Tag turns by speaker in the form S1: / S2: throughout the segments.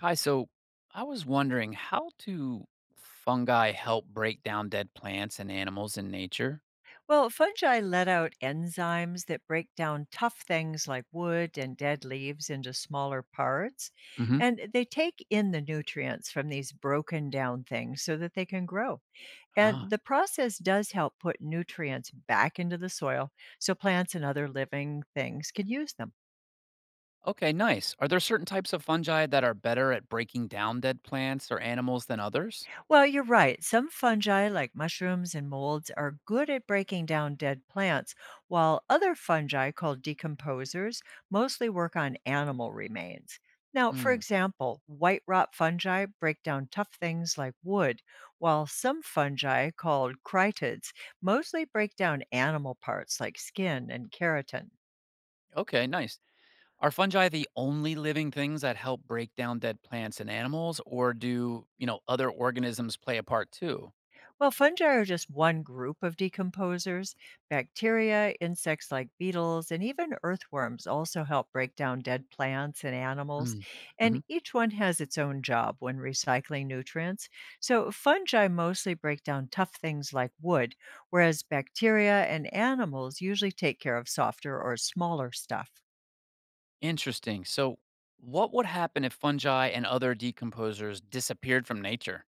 S1: Hi, so I was wondering, how do fungi help break down dead plants and animals in nature?
S2: Well, fungi let out enzymes that break down tough things like wood and dead leaves into smaller parts.
S1: Hmm.
S2: And they take in the nutrients from these broken down things so that they can grow. And
S1: Ah,
S2: the process does help put nutrients back into the soil so plants and other living things can use them.
S1: okay, nice. Are there certain types of fungi that are better at breaking down dead plants or animals than others?
S2: Well, you're right. Some fungi, like mushrooms and molds, are good at breaking down dead plants, while other fungi, called decomposers, mostly work on animal remains. Now, for
S1: Mm,
S2: example, white rot fungi break down tough things like wood, while some fungi, called critids, mostly break down animal parts like skin and keratin.
S1: okay, nice. Are fungi the only living things that help break down dead plants and animals, or do, other organisms play a part too?
S2: Well, fungi are just one group of decomposers. Bacteria, insects like beetles, and even earthworms also help break down dead plants and animals.
S1: Mm,
S2: And
S1: hmm.
S2: each one has its own job when recycling nutrients. So, fungi mostly break down tough things like wood, whereas bacteria and animals usually take care of softer or smaller stuff.
S1: Interesting. So, what would happen if fungi and other decomposers disappeared from nature?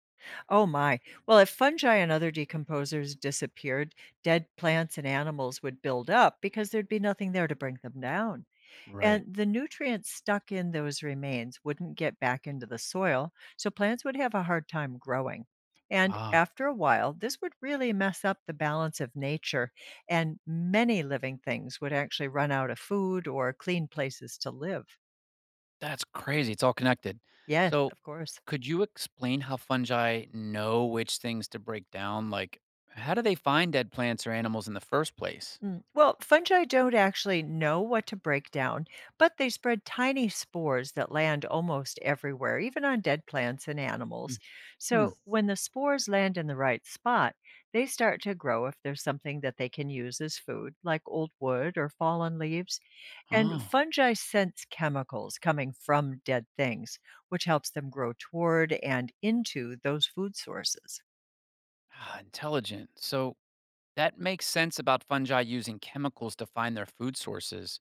S2: Oh my. Well, if fungi and other decomposers disappeared, dead plants and animals would build up because there'd be nothing there to bring them down.
S1: Right.
S2: And the nutrients stuck in those remains wouldn't get back into the soil, so plants would have a hard time growing. And
S1: Ah,
S2: after a while, this would really mess up the balance of nature, and many living things would actually run out of food or clean places to live.
S1: that's crazy. It's all connected.
S2: Yes,
S1: So,
S2: of course.
S1: could you explain how fungi know which things to break down? Like, how do they find dead plants or animals in the first place?
S2: Mm. Well, fungi don't actually know what to break down, but they spread tiny spores that land almost everywhere, even on dead plants and animals.
S1: Hmm.
S2: So, when the spores land in the right spot, they start to grow if there's something that they can use as food, like old wood or fallen leaves. And
S1: Oh,
S2: fungi sense chemicals coming from dead things, which helps them grow toward and into those food sources.
S1: ah, intelligent. So, that makes sense about fungi using chemicals to find their food sources.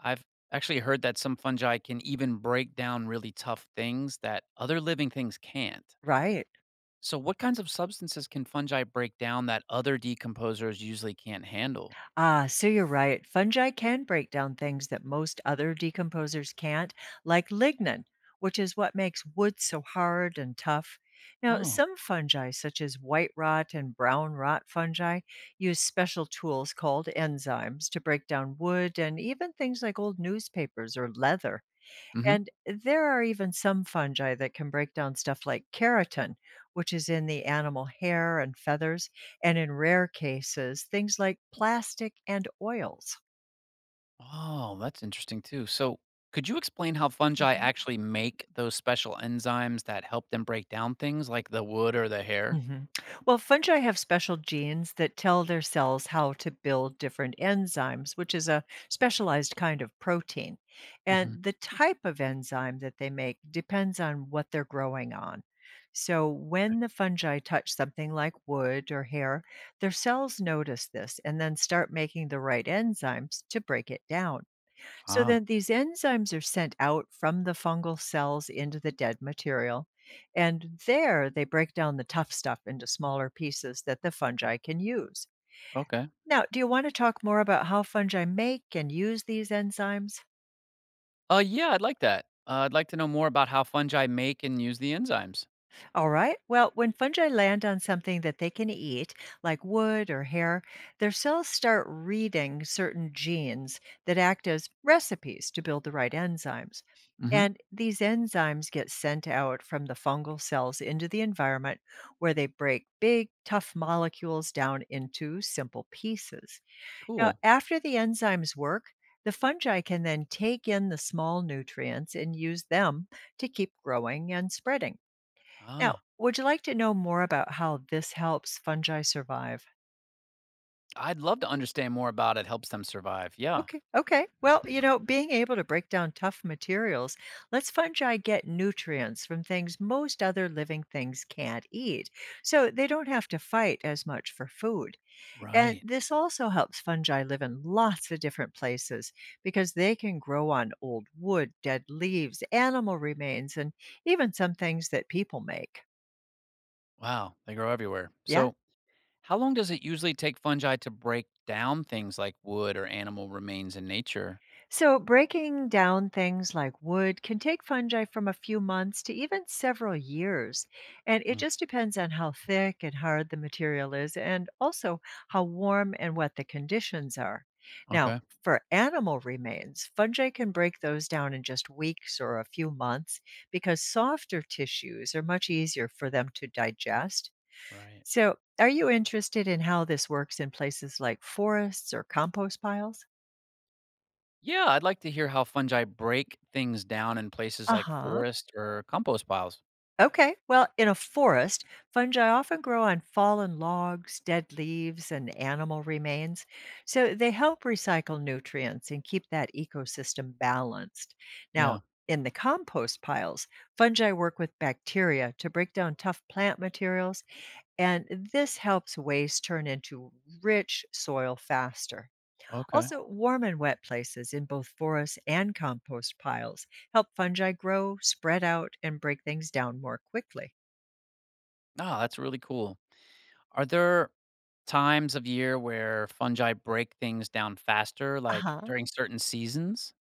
S1: I've actually heard that some fungi can even break down really tough things that other living things can't.
S2: Right.
S1: So, what kinds of substances can fungi break down that other decomposers usually can't handle?
S2: Ah, so you're right. Fungi can break down things that most other decomposers can't, like lignin, which is what makes wood so hard and tough. Now,
S1: Oh,
S2: some fungi, such as white rot and brown rot fungi, use special tools called enzymes to break down wood and even things like old newspapers or leather.
S1: hmm.
S2: And there are even some fungi that can break down stuff like keratin, which is in the animal hair and feathers, and in rare cases, things like plastic and oils.
S1: Oh, that's interesting too. So, could you explain how fungi actually make those special enzymes that help them break down things like the wood or the hair?
S2: Mhm. Well, fungi have special genes that tell their cells how to build different enzymes, which is a specialized kind of protein.
S1: Hmm.
S2: And the type of enzyme that they make depends on what they're growing on. So, when the fungi touch something like wood or hair, their cells notice this and then start making the right enzymes to break it down. So
S1: Ah,
S2: then these enzymes are sent out from the fungal cells into the dead material. And there they break down the tough stuff into smaller pieces that the fungi can use.
S1: okay.
S2: Now, do you want to talk more about how fungi make and use these enzymes?
S1: Yeah, I'd like that. I'd like to know more about how fungi make and use the enzymes.
S2: All right. Well, when fungi land on something that they can eat, like wood or hair, their cells start reading certain genes that act as recipes to build the right enzymes.
S1: Hmm.
S2: And these enzymes get sent out from the fungal cells into the environment where they break big, tough molecules down into simple pieces. Now,
S1: Cool.
S2: after the enzymes work, the fungi can then take in the small nutrients and use them to keep growing and spreading. Now,
S1: Ah,
S2: would you like to know more about how this helps fungi survive?
S1: I'd love to understand more about it. Helps them survive. Yeah.
S2: Okay, okay. Well, you know, being able to break down tough materials lets fungi get nutrients from things most other living things can't eat. So they don't have to fight as much for food. And
S1: Right.
S2: this also helps fungi live in lots of different places because they can grow on old wood, dead leaves, animal remains, and even some things that people make.
S1: Wow. They grow everywhere.
S2: Yeah.
S1: So, how long does it usually take fungi to break down things like wood or animal remains in nature?
S2: So, breaking down things like wood can take fungi from a few months to even several years. And it
S1: Mm,
S2: just depends on how thick and hard the material is, and also how warm and wet the conditions are. Now,
S1: okay.
S2: for animal remains, fungi can break those down in just weeks or a few months because softer tissues are much easier for them to digest.
S1: Right.
S2: So, are you interested in how this works in places like forests or compost piles?
S1: Yeah, I'd like to hear how fungi break things down in places
S2: Uh
S1: like
S2: huh.
S1: forests or compost piles.
S2: Okay. Well, in a forest, fungi often grow on fallen logs, dead leaves, and animal remains. So they help recycle nutrients and keep that ecosystem balanced. Now,
S1: Yeah.
S2: in the compost piles, fungi work with bacteria to break down tough plant materials, and this helps waste turn into rich soil faster.
S1: Okay.
S2: Also, warm and wet places in both forests and compost piles help fungi grow, spread out, and break things down more quickly.
S1: Ah, that's really cool. Are there times of year where fungi break things down faster, like
S2: Uh-huh.
S1: during certain seasons?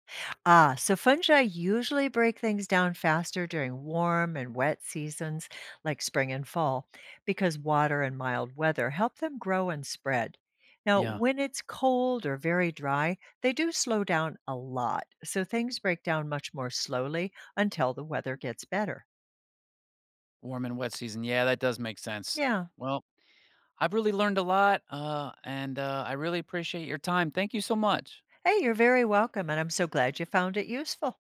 S2: Ah, so fungi usually break things down faster during warm and wet seasons like spring and fall because water and mild weather help them grow and spread. Now,
S1: Yeah.
S2: when it's cold or very dry, they do slow down a lot. So things break down much more slowly until the weather gets better.
S1: Warm and wet season. Yeah, that does make sense.
S2: Yeah.
S1: Well, I've really learned a lot, and I really appreciate your time. Thank you so much.
S2: Hey, you're very welcome. And I'm so glad you found it useful.